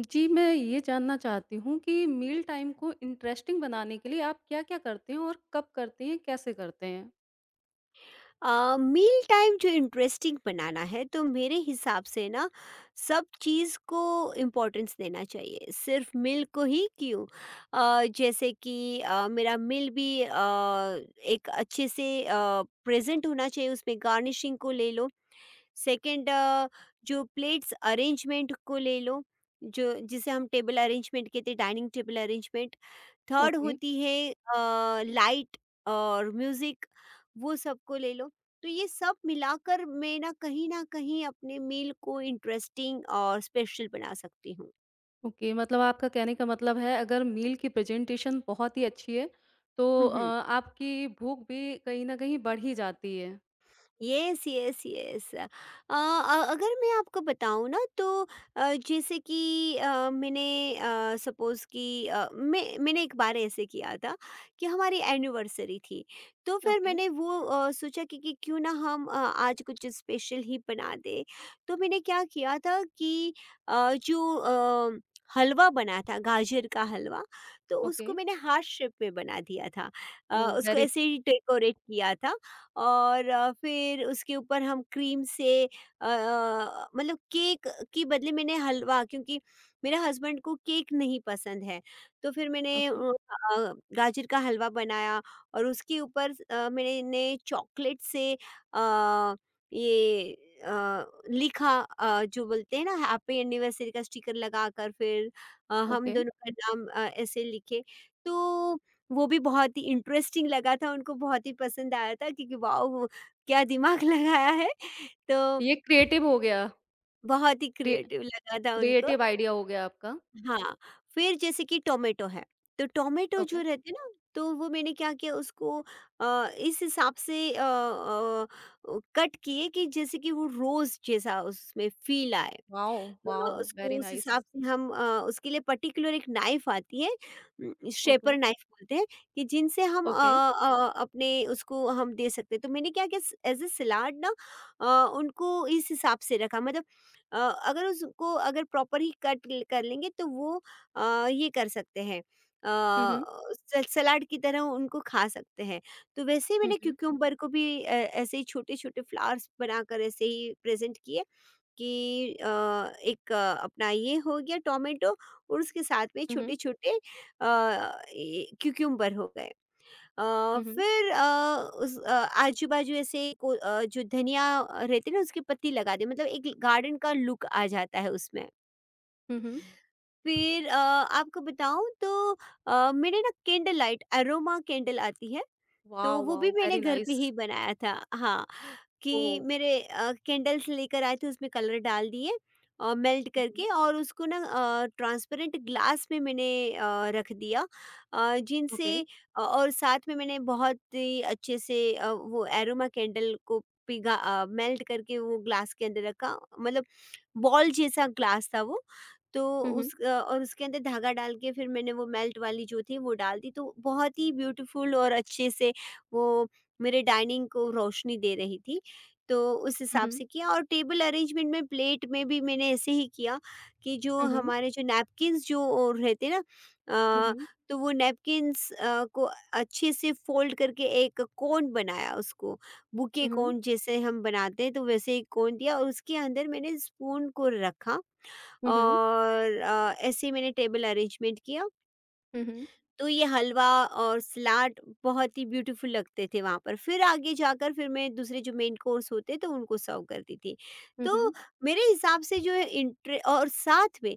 जी, मैं ये जानना चाहती हूँ कि मील टाइम को इंटरेस्टिंग बनाने के लिए आप क्या-क्या करते हैं और कब करते हैं, कैसे करते हैं? मील टाइम जो इंटरेस्टिंग बनाना है तो मेरे हिसाब से ना सब चीज़ को इम्पोर्टेंस देना चाहिए सिर्फ मील को ही क्यों। जैसे कि मेरा मील भी एक अच्छे से प्रेजेंट होना चाहिए, उसमें गार्निशिंग को ले लो। सेकंड, जो प्लेट्स अरेंजमेंट को ले लो, जो जिसे हम टेबल अरेंजमेंट कहते हैं, dining table arrangement. Third okay, होती है लाइट और म्यूजिक, वो सबको ले लो। तो ये सब मिलाकर मैं ना कहीं अपने मील को इंटरेस्टिंग और स्पेशल बना सकती ओके मतलब आपका कहने का मतलब है अगर मील की प्रेज़ेंटेशन बहुत ही अच्छी है, तो हूँ। आपकी भूख भी कहीं न कहीं बढ़ ही जाती है। यस यस यस, अगर मैं आपको बताऊँ ना तो जैसे कि मैंने सपोज़ कि मैंने एक बार ऐसे किया था कि हमारी एनिवर्सरी थी। तो फिर ओके, मैंने वो सोचा कि क्यों ना हम आज कुछ स्पेशल ही बना दे तो मैंने क्या किया था कि अ, जो अ, हलवा बना था, गाजर का हलवा, तो ओके। उसको मैंने हार्ट शेप में बना दिया था। ओह! उसको वेरी ऐसे ही डेकोरेट किया था। और फिर उसके ऊपर हम क्रीम से अ, मतलब केक के बदले मैंने हलवा, क्योंकि मेरे हस्बैंड को केक नहीं पसंद है। तो फिर मैंने ओके, गाजर का हलवा बनाया, और उसके ऊपर मैंने चॉकलेट से अ, ये लिखा। जो बोलते हैं ना, हैप्पी एनिवर्सरी का स्टिकर लगा कर, फिर हम ओके। दोनों का नाम ऐसे लिखे। तो वो भी बहुत ही इंटरेस्टिंग लगा था, उनको बहुत ही पसंद आया था, क्योंकि वॉव! क्या दिमाग लगाया है। तो ये क्रिएटिव हो गया, बहुत ही क्रि क्रिएटिव लगा था उनको। क्रिएटिव आइडिया हो गया आपका। हाँ, फिर जैसे कि टोमेटो है, तो टोमेटो ओके। जो रहते हैं ना, तो वो मैंने क्या किया, उसको इस हिसाब से कट किए कि जैसे कि वो रोज़ जैसा उसमें फ़ील आए। वॉव! वॉव! वेरी उसको उस नाइस। हिसाब से हम उसके लिए पर्टिकुलर एक नाइफ आती है, ओके, शेपर नाइफ बोलते हैं, कि जिनसे हम ओके। अपने उसको हम दे सकते हैं। तो मैंने क्या किया, स एज़ अ सलाद ना उनको इस हिसाब से रखा, मतलब अगर उसको, अगर प्रॉपर ही कट ल कर लेंगे तो वो ये कर सकते हैं, अ, हुँ, हुँ। स सलाद की तरह उनको खा सकते हैं। तो वैसे ही हुँ, मैंने हुँ। क्यूकम्बर को भी ऐसे ही छोटे-छोटे फ्लावर्स बनाकर ऐसे ही प्रेज़ेंट किए, कि एक अपना ये हो गया टोमेटो, और उसके साथ में हुँ, हुँ। छोटे-छोटे अ, ये क्यूकम्बर हो गए। अ, हुँ, हुँ। फिर अ, उस अ, आजू-बाजू ऐसे को जो धनिया रहती है ना, उसकी पत्ती लगा दी, मतलब एक गार्डन का लुक आ जाता है उसमें। हुँ, हुँ। फिर आपको बताऊँ तो मैंने ना कैंडल लाइट, अरोमा कैंडल आती है, वाह, तो वो वाह, भी मैंने वेरी घर पे नाइस। ही बनाया था। हाँ, कि ओह। मेरे कैंडल्स लेकर आए थे, उसमें कलर डाल दिए और मेल्ट करके, और उसको ना ट्रांसपेरेंट ग्लास में मैंने अ, रख दिया। अ, ओके। जिनसे और साथ में मैंने बहुत ही अच्छे से वो अरोमा कैंडल को मेल्ट करके वो ग्लास के अंदर रखा, मतलब बॉल जैसा ग्लास था वो। तो उम्म और उसके अंदर धागा डाल के फिर मैंने वो मेल्ट वाली जो थी वो डाल दी, तो बहुत ही ब्यूटीफुल और अच्छे से वो मेरे डाइनिंग को रोशनी दे रही थी। तो उस हिसाब हम्म। से किया, और टेबल अरेंजमेंट में प्लेट में भी मैंने ऐसे ही किया, कि जो उम्म हम्म। हमारे जो नैपकिन्स जो और रहते ना अ, उम्म तो वो नैपकिन्स को अच्छे से फोल्ड करके एक कोन बनाया उसको, बुके हम्म। कोन जैसे हम बनाते हैं तो वैसे एक कोन दिया, और उसके अंदर मैंने स्पून को रखा, उम्म हम्म। और ऐसे ही मैंने टेबल अरेंजमेंट किया। उम्म हम्म। तो ये हलवा और सलाद बहुत ही ब्यूटीफुल लगते थे वहाँ पर। फिर आगे जाकर, फिर मैं दूसरे जो मेन कोर्स होते तो उनको सर्व करती थी। उम्म तो हम्म। मेरे हिसाब से जो है इंटरे, और साथ में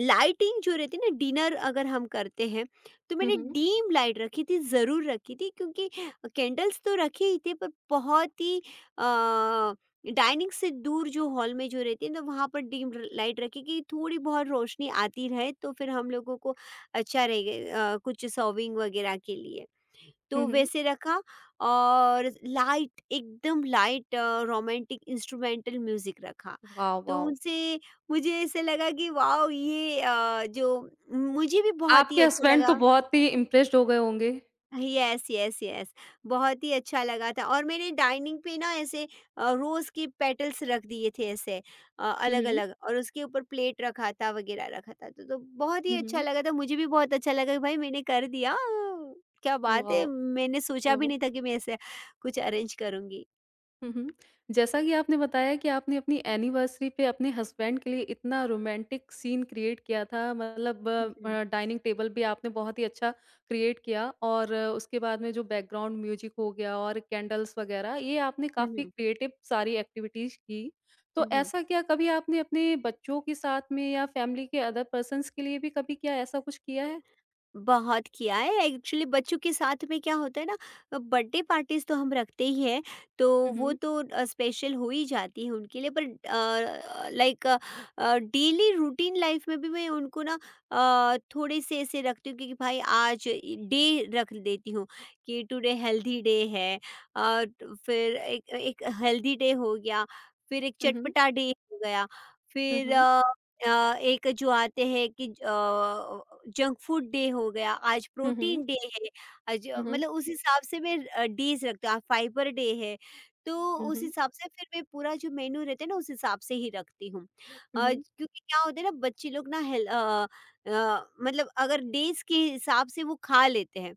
लाइटिंग जो रहती है ना, डिनर अगर हम करते हैं तो मैंने उम्म डीम लाइट रखी थी, ज़रूर रखी थी, क्योंकि कैंडल्स तो रखे ही थे, पर बहुत ही अ, डाइनिंग से दूर जो हॉल में जो रहती है ना, वहाँ पर लाइट रखी कि थोड़ी बहुत रोशनी आती रहे, तो फिर हम लोगों को अच्छा रहेगा कुछ सर्विंग वगैरह के लिए, तो हम्म। वैसे रखा। और लाइट एकदम लाइट, रोमांटिक इंस्ट्रूमेंटल म्यूज़िक रखा। वाह, तो वाह। उनसे मुझे ऐसे लगा कि वाओ! ये अ, जो मुझे भी बहुत ही आपके अच्छा हस्बैंड तो लगा। बहुत ही इंप्रेस्ड हो गए होंगे। Yes, yes, yes. बहुत ही अच्छा लगा था, और मैंने डाइनिंग पे ना ऐसे रोज़ के पेटल्स रख दिए थे ऐसे उम्म अलग-अलग, और उसके ऊपर प्लेट रखा था वग़ैरह रखा था। तो बहुत ही अच्छा हम्म। लगा था, मुझे भी बहुत अच्छा लगा कि भाई मैंने कर दिया। क्या बात है! वाह। मैंने सोचा भी नहीं था कि मैं ऐसे कुछ अरेंज करूँगी। हुँ, हुँ। जैसा कि आपने बताया कि आपने अपनी एनिवर्सरी पे अपने हस्बैंड के लिए इतना रोमांटिक सीन क्रिएट किया था, मतलब हुँ, हुँ। डाइनिंग टेबल भी आपने बहुत ही अच्छा क्रिएट किया और उसके बाद में जो बैकग्राउंड म्यूजिक हो गया और कैंडल्स वगैरह, ये आपने हुँ, काफ़ी हुँ। क्रिएटिव सारी एक्टिविटीज़ की। तो हुँ, हुँ। ऐसा क्या कभी आपने अपने बच्चों के साथ में या फैमिली के अदर पर्सन्स के लिए भी कभी क्या ऐसा कुछ किया है? बहुत किया है, एक्चुअली बच्चों के साथ में क्या होता है ना, बर्थडे पार्टीज तो हम रखते ही हैं, तो हुँ, वो हुँ। तो स्पेशल हो ही जाती है उनके लिए, पर लाइक डेली रूटीन लाइफ में भी मैं उनको ना थोड़े से ऐसे रखती हूँ कि भाई आज डे रख देती हूँ कि टुडे हेल्दी डे है। और फिर एक एक हेल्दी डे हो गया, फिर एक हुँ, हुँ। चटपटा डे हो गया, हुँ, फिर हुँ। एक जो आते हैं कि जंक फूड डे हो गया, आज हुँ, हुँ। प्रोटीन डे है, आज हुँ, हुँ। मतलब उस हिसाब से मैं डेज रखती हूँ, फाइबर डे है। तो हुँ, उस हुँ। हिसाब से फिर मैं पूरा जो मेन्यू रहता है ना उस हिसाब से ही रखती हूँ। हुँ, हुँ। क्योंकि क्या होता है ना, बच्चे लोग ना मतलब अगर डेज के हिसाब से वो खा लेते हैं,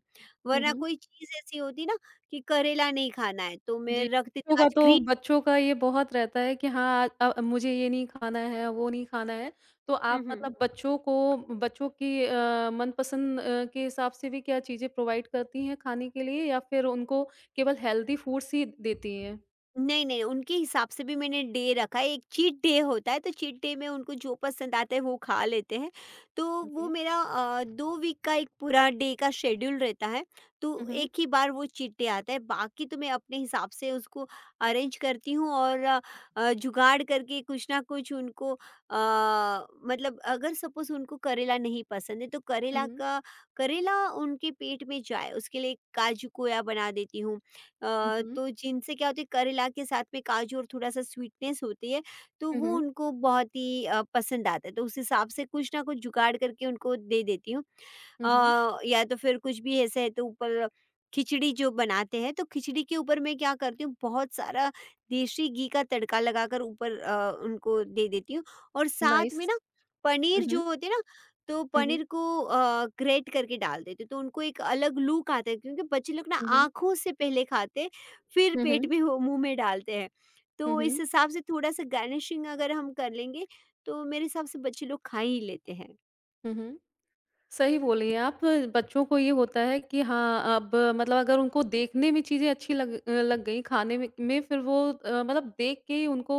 हुँ, वरना हुँ। कोई चीज़ ऐसी होती ना कि करेला नहीं खाना है, तो मैं जी, रख देती बच्चों हूँ का आज तो बच्चों का ये बहुत रहता है कि हाँ, मुझे ये नहीं खाना है, वो नहीं खाना है। तो आप ग्रीन। मतलब बच्चों को बच्चों की मनपसंद के हिसाब से भी क्या चीज़ें प्रोवाइड करती हैं खाने के लिए या फिर उनको केवल हेल्दी फूड्स ही देती हैं? नहीं, नहीं, उनके हिसाब से भी मैंने डे रखा है, एक चीट डे होता है, तो चीट डे में उनको जो पसंद आता है वो खा लेते हैं। तो ओके। वो मेरा 2 वीक का एक पूरा डे का शेड्यूल रहता है, हुँ, तो हुँ। एक ही बार वो चीट डे आता है, बाकी तो मैं अपने हिसाब से उसको अरेंज करती हूँ, और जुगाड़ करके कुछ ना कुछ उनको मतलब अगर सपोज़ उनको करेला नहीं पसंद है, तो हुँ, करेला हुँ। का करेला उनके पेट में जाए, उसके लिए काजू-कोया बना देती हूँ। हुँ, हुँ। तो जिनसे क्या होती है, करेला के साथ में काजू और थोड़ा सा स्वीटनेस होती है, तो हुँ, वो हुँ। उनको बहुत ही पसंद आता है, तो उस हिसाब से कुछ ना कुछ जुगाड़ करके उनको दे देती हूँ। हुँ, हुँ। अ, या तो फिर कुछ भी ऐसे है तो ऊपर खिचड़ी जो बनाते हैं, तो खिचड़ी के ऊपर मैं क्या करती हूँ, बहुत सारा देसी घी का तड़का लगाकर ऊपर उनको दे देती हूँ। और साथ नाइस। में ना हुँ, पनीर हुँ। जो होते हैं ना, तो हुँ, हुँ। पनीर को ग्रेट करके डाल देते, तो उनको एक अलग लुक आता है, क्योंकि बच्चे लोग ना हुँ, हुँ। आँखों से पहले खाते, फिर हुँ, पेट हुँ। में वो, मुँह में डालते हैं। हुँ, तो इस हुँ। हिसाब से थोड़ा-सा गार्निशिंग अगर हम कर लेंगे तो मेरे हिसाब से बच्चे लोग खा ही लेते हैं। हुँ, हुँ। सही बोली हैं आप। बच्चों को ये होता है कि हाँ, अब मतलब अगर उनको देखने में चीज़ें अच्छी लग गई, खाने में फिर वो मतलब देख के ही उनको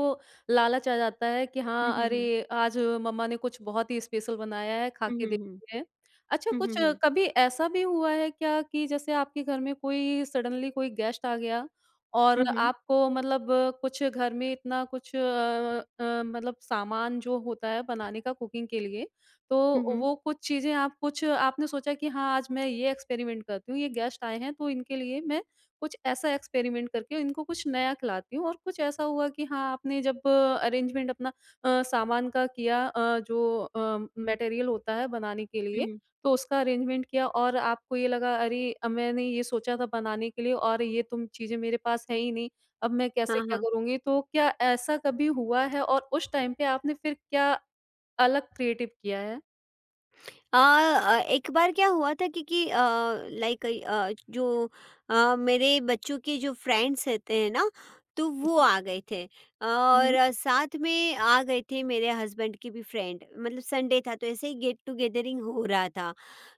लालच आ जाता है कि हुँ, हाँ, हुँ, हुँ। अरे! आज मम्मा ने कुछ बहुत ही स्पेशल बनाया है, खा हुँ, के हुँ, हुँ। देखते हैं। अच्छा, हुँ, हुँ, कुछ हुँ। कभी ऐसा भी हुआ है क्या कि जैसे आपके घर में कोई सडनली कोई गेस्ट आ गया और हुँ, हुँ। आपको मतलब कुछ घर में इतना कुछ मतलब सामान जो होता है बनाने का कुकिंग के लिए, तो हुँ, हुँ। वो कुछ चीज़ें आप कुछ आपने सोचा कि हाँ, आज मैं ये एक्सपेरिमेंट करती हूँ, ये गेस्ट आए हैं तो इनके लिए मैं कुछ ऐसा एक्सपेरिमेंट करके इनको कुछ नया खिलाती हूँ, और कुछ ऐसा हुआ कि हाँ, आपने जब अरेंजमेंट अपना सामान का किया, जो मटेरियल होता है बनाने के लिए, हुँ, हुँ। तो उसका अरेंजमेंट किया और आपको ये लगा, अरे मैंने ये सोचा था बनाने के लिए और ये तुम चीज़ें मेरे पास है ही नहीं, अब मैं हाँ, कैसे क्या हाँ। करूँगी? तो क्या ऐसा कभी हुआ है और उस टाइम पे आपने फिर क्या अलग क्रिएटिव किया है? आ, आ, एक बार क्या हुआ था, क्योंकि लाइक जो मेरे बच्चों के जो फ्रेंड्स रहते हैं ना, तो वो जी। आ गए थे, हुँ, और हुँ। साथ में आ गए थे मेरे हस्बैंड के भी फ्रेंड, मतलब संडे था तो ऐसे ही गेट टुगेदरिंग हो रहा था।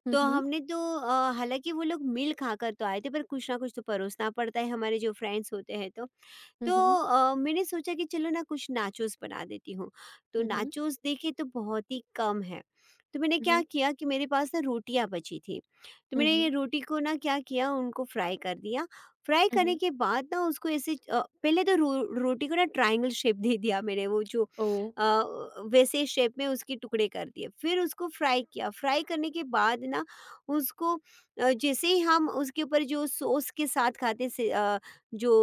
हुँ, तो हुँ। हमने तो हालांकि वो लोग मिल खाकर तो आए थे, पर कुछ ना कुछ तो परोसना पड़ता है हमारे जो फ्रेंड्स होते हैं, तो हुँ, तो हुँ। मैंने सोचा कि चलो ना कुछ नाचोस बना देती हूँ। तो हुँ, हुँ। नाचोस देखे तो बहुत ही कम है, तो मैंने हुँ, क्या हुँ। किया कि मेरे पास ना रोटियां बची थी, तो हुँ, मैंने ये हुँ। रोटी को ना क्या किया, उनको फ्राई कर दिया। फ्राई हुँ, करने हुँ। के बाद ना उसको ऐसे पहले तो रोटी को ना ट्रायंगल शेप दे दिया मैंने, वो जो ओह! अ, वैसे शेप में उसके टुकड़े कर दिए, फिर उसको फ्राई किया। फ्राई करने के बाद ना उसको जैसे ही हम उसके ऊपर जो सॉस के साथ खाते, जो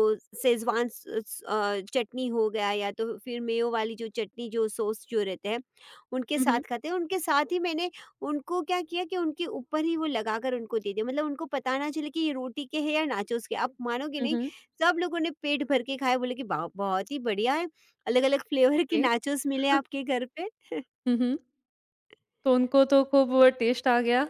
शेज़वान स स अ, चटनी हो गया, या तो फिर मेयो वाली जो चटनी, जो सॉस जो रहते हैं, उनके हुँ, साथ हुँ। खाते हैं। उनके साथ ही मैंने उनको क्या किया कि उनके ऊपर ही वो लगाकर उनको दे दिया। मतलब उनको पता ना चले कि ये रोटी के हैं या नाचोस के। आप मानोगे हुँ, नहीं, हुँ। सब लोगों ने पेट भर के खाए, बोले कि वाह! बहुत ही बढ़िया है, अलग-अलग फ्लेवर के ओके। नाचोस मिले आपके घर पे। हुँ, हुँ। तो उनको तो खूब टेस्ट आ गया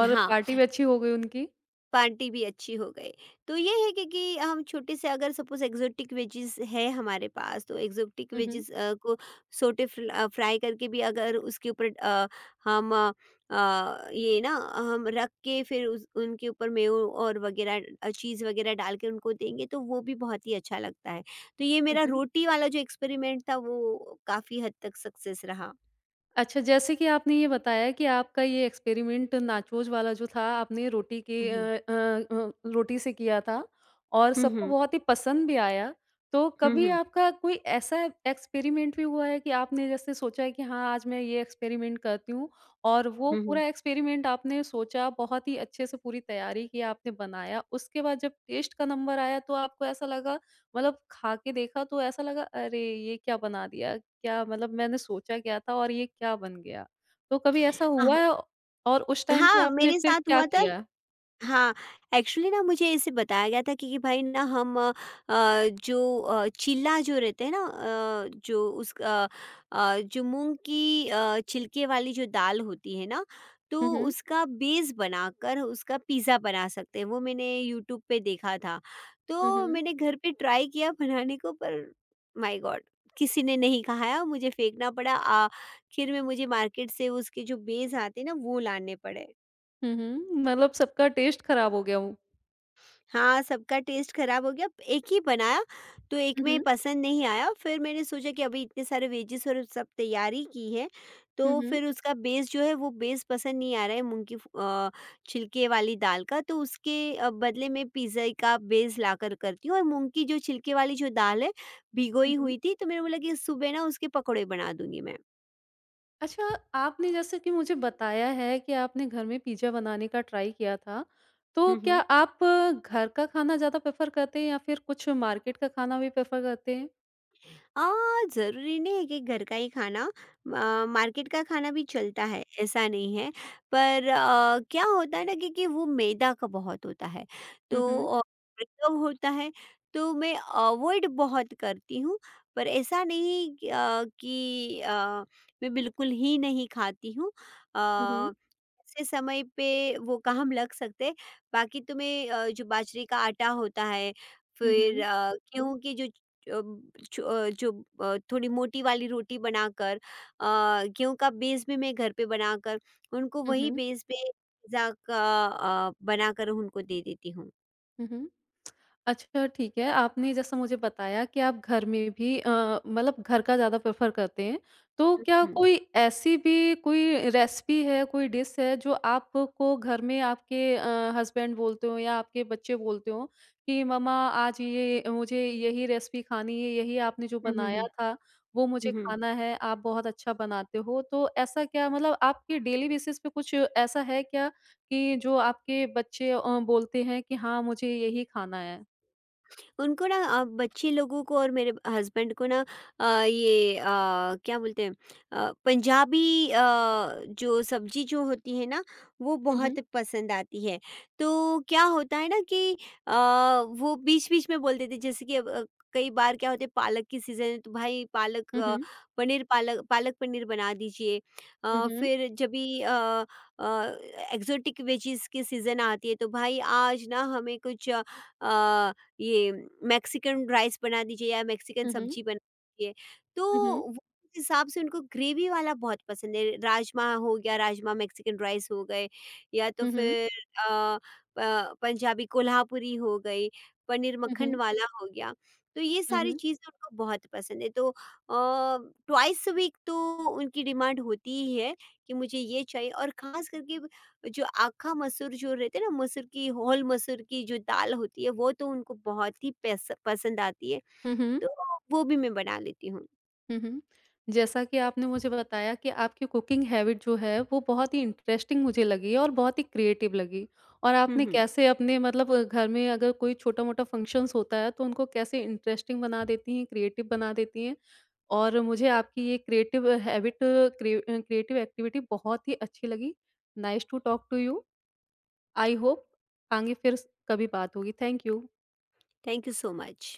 और हाँ। पार्टी भी अच्छी हो गई उनकी। पार्टी भी अच्छी हो गई। तो ये है कि हम छोटे से अगर सपोज़ एक्सोटिक वेजिस है हमारे पास तो एक्सोटिक हुँ, हुँ। वेजिस को सोटे फ्राई करके भी अगर उसके ऊपर हम अ, ये ना हम रख के फिर उस उनके ऊपर मेयो और वग़ैरह चीज़ वग़ैरह डाल के उनको देंगे तो वो भी बहुत ही अच्छा लगता है। तो ये हुँ, मेरा हुँ। रोटी वाला जो एक्सपेरिमेंट था वो काफ़ी हद तक सक्सेस रहा। अच्छा, जैसे कि आपने ये बताया कि आपका ये एक्सपेरिमेंट नाचोस वाला जो था, आपने रोटी के हुँ, हुँ। अ अ अ, रोटी से किया था और हुँ, सबको हुँ। बहुत ही पसंद भी आया। तो हुँ, कभी हुँ। आपका कोई ऐसा एक्सपेरिमेंट भी हुआ है कि आपने जैसे सोचा है कि हाँ, आज मैं ये एक्सपेरिमेंट करती हूँ और वो हुँ, पूरा हुँ। एक्सपेरिमेंट आपने सोचा, बहुत ही अच्छे से पूरी तैयारी की, आपने बनाया। उसके बाद जब टेस्ट का नंबर आया तो आपको ऐसा लगा, मतलब खा के देखा तो ऐसा लगा, "अरे! ये क्या बना दिया?" क्या, मतलब मैंने सोचा क्या था और ये क्या बन गया? तो कभी ऐसा हाँ, हुआ हाँ। है और उस टाइम पे हाँ, आपने मेरे फिर साथ क्या हुआ था। किया? हाँ, एक्चुअली ना मुझे ऐसे बताया गया था कि भाई ना चिल्ला जो रहते हैं ना, जो मूँग की छिलके वाली जो दाल होती है ना, हुँ, तो हुँ। उसका बेस बनाकर उसका पिज़्ज़ा बना सकते हैं। वो मैंने यूट्यूब पे देखा था। हुँ, तो हुँ। मैंने घर पे ट्राई किया बनाने को, पर माय गॉड! किसी ने नहीं खाया, मुझे फेंकना पड़ा। आखिर में मुझे मार्केट से उसके जो बेस आते हैं ना वो लाने पड़े। हुँ, हुँ। मतलब सबका टेस्ट खराब हो गया वो। हाँ, सबका टेस्ट खराब हो गया। एक ही बनाया, तो एक हुँ, में हुँ। पसंद नहीं आया, फिर मैंने सोचा कि अभी इतने सारे वेजिस और सब तैयारी की है, हुँ, तो हुँ। फिर उसका बेस जो है वो बेस पसंद नहीं आ रहा है मूँग की छिलके वाली दाल का, तो उसके बदले में पिज़्ज़ा का बेस लाकर करती हूँ, और मूँग की जो छिलके वाली जो दाल है, हुँ, भिगोई हुँ। हुई थी, तो मैंने बोला कि सुबह ना उसके पकौड़े बना दूँगी मैं। अच्छा, आपने जैसे कि मुझे बताया है कि आपने घर में पिज़्ज़ा बनाने का ट्राई किया था, तो हुँ, क्या हुँ। आप घर का खाना ज़्यादा प्रेफ़र करते हैं या फिर कुछ मार्केट का खाना भी प्रेफ़र करते हैं? आ, ज़रूरी नहीं है कि घर का ही खाना, मार्केट का खाना भी चलता है, ऐसा नहीं है। पर क्या होता है ना कि वो मैदा का बहुत होता है। तो हुँ, हुँ। मैदा होता है, तो मैं अवॉइड बहुत करती हूँ। पर ऐसा नहीं कि मैं बिल्कुल ही नहीं खाती हूँ। हुँ, हुँ। आ, ऐसे समय पे वो काम लग सकते। बाकी तुम्हें जो बाजरे का आटा होता है, हुँ, फिर हुँ। गेहूं की जो अ, जो अ, जो थोड़ी मोटी वाली रोटी बनाकर, गेहूँ का बेस भी मैं घर पे बनाकर उनको हुँ, वही हुँ। बेस पे पिज़्ज़ा का बनाकर उनको दे देती हूँ। हुँ, हुँ। अच्छा, ठीक है। आपने जैसा मुझे बताया कि आप घर में भी मतलब घर का ज़्यादा प्रेफ़र करते हैं। तो क्या हुँ, कोई ऐसी भी कोई रेसिपी है, कोई डिश है जो आपको घर में आपके हस्बैंड बोलते हो या आपके बच्चे बोलते हो कि मम्मा आज ये मुझे यही रेसिपी खानी है, यही आपने जो हुँ, हुँ, बनाया हुँ, था वो मुझे हुँ, हुँ। खाना है, आप बहुत अच्छा बनाते हो। तो ऐसा क्या मतलब आपके डेली बेसिस पे कुछ ऐसा है क्या कि जो आपके बच्चे बोलते हैं कि हाँ, मुझे यही खाना है? उनको ना, बच्चे लोगों को और मेरे हस्बैंड को ना, अ, ये अ, क्या बोलते हैं, पंजाबी जो सब्जी जो होती है ना, वो Mhm. बहुत पसंद आती है। तो क्या होता है ना कि अ, वो बीच बीच में बोल देते हैं, जैसे कि अब, कई बार क्या होते हैं पालक की सीजन है तो भाई पालक Mhm. पनीर, पालक पालक पनीर बना दीजिए। Mhm. फिर जब भी एक्जोटिक वेजीज की सीजन आती है तो भाई आज ना हमें कुछ अ, ये मेक्सिकन राइस बना दीजिए या मेक्सिकन Mhm. सब्जी बना दीजिए। तो Mhm. वो उस हिसाब से उनको ग्रेवी वाला बहुत पसंद है। राजमा हो गया, राजमा मेक्सिकन राइस हो गए, या तो Mhm. फिर अ, प पंजाबी कोल्हापुरी हो गई, पनीर मक्खन वाला हो गया। तो ये सारी mhm, चीज़ें उनको बहुत पसंद है। तो ट्वाइस अ वीक तो उनकी डिमांड होती ही है कि मुझे ये चाहिए, और ख़ास करके जो आखा मसूर जो रहते हैं ना, मसूर की होल मसूर की जो दाल होती है वो तो उनको बहुत ही पसंद आती है। mhm, तो वो भी मैं बना लेती हूँ। mhm, mhm। जैसा कि आपने मुझे बताया कि आपकी कुकिंग हैबिट जो है वो बहुत ही इंटरेस्टिंग मुझे लगी और बहुत ही क्रिएटिव लगी, और हम्म, आपने हम्म। कैसे अपने मतलब घर में अगर कोई छोटा-मोटा फंक्शंस होता है तो उनको कैसे इंटरेस्टिंग बना देती हैं, क्रिएटिव बना देती हैं, और मुझे आपकी ये क्रिएटिव हैबिट क्रिएटिव एक्टिविटी बहुत ही अच्छी लगी। Nice to talk to you. I hope आगे फिर स कभी बात होगी। Thank you. Thank you so much.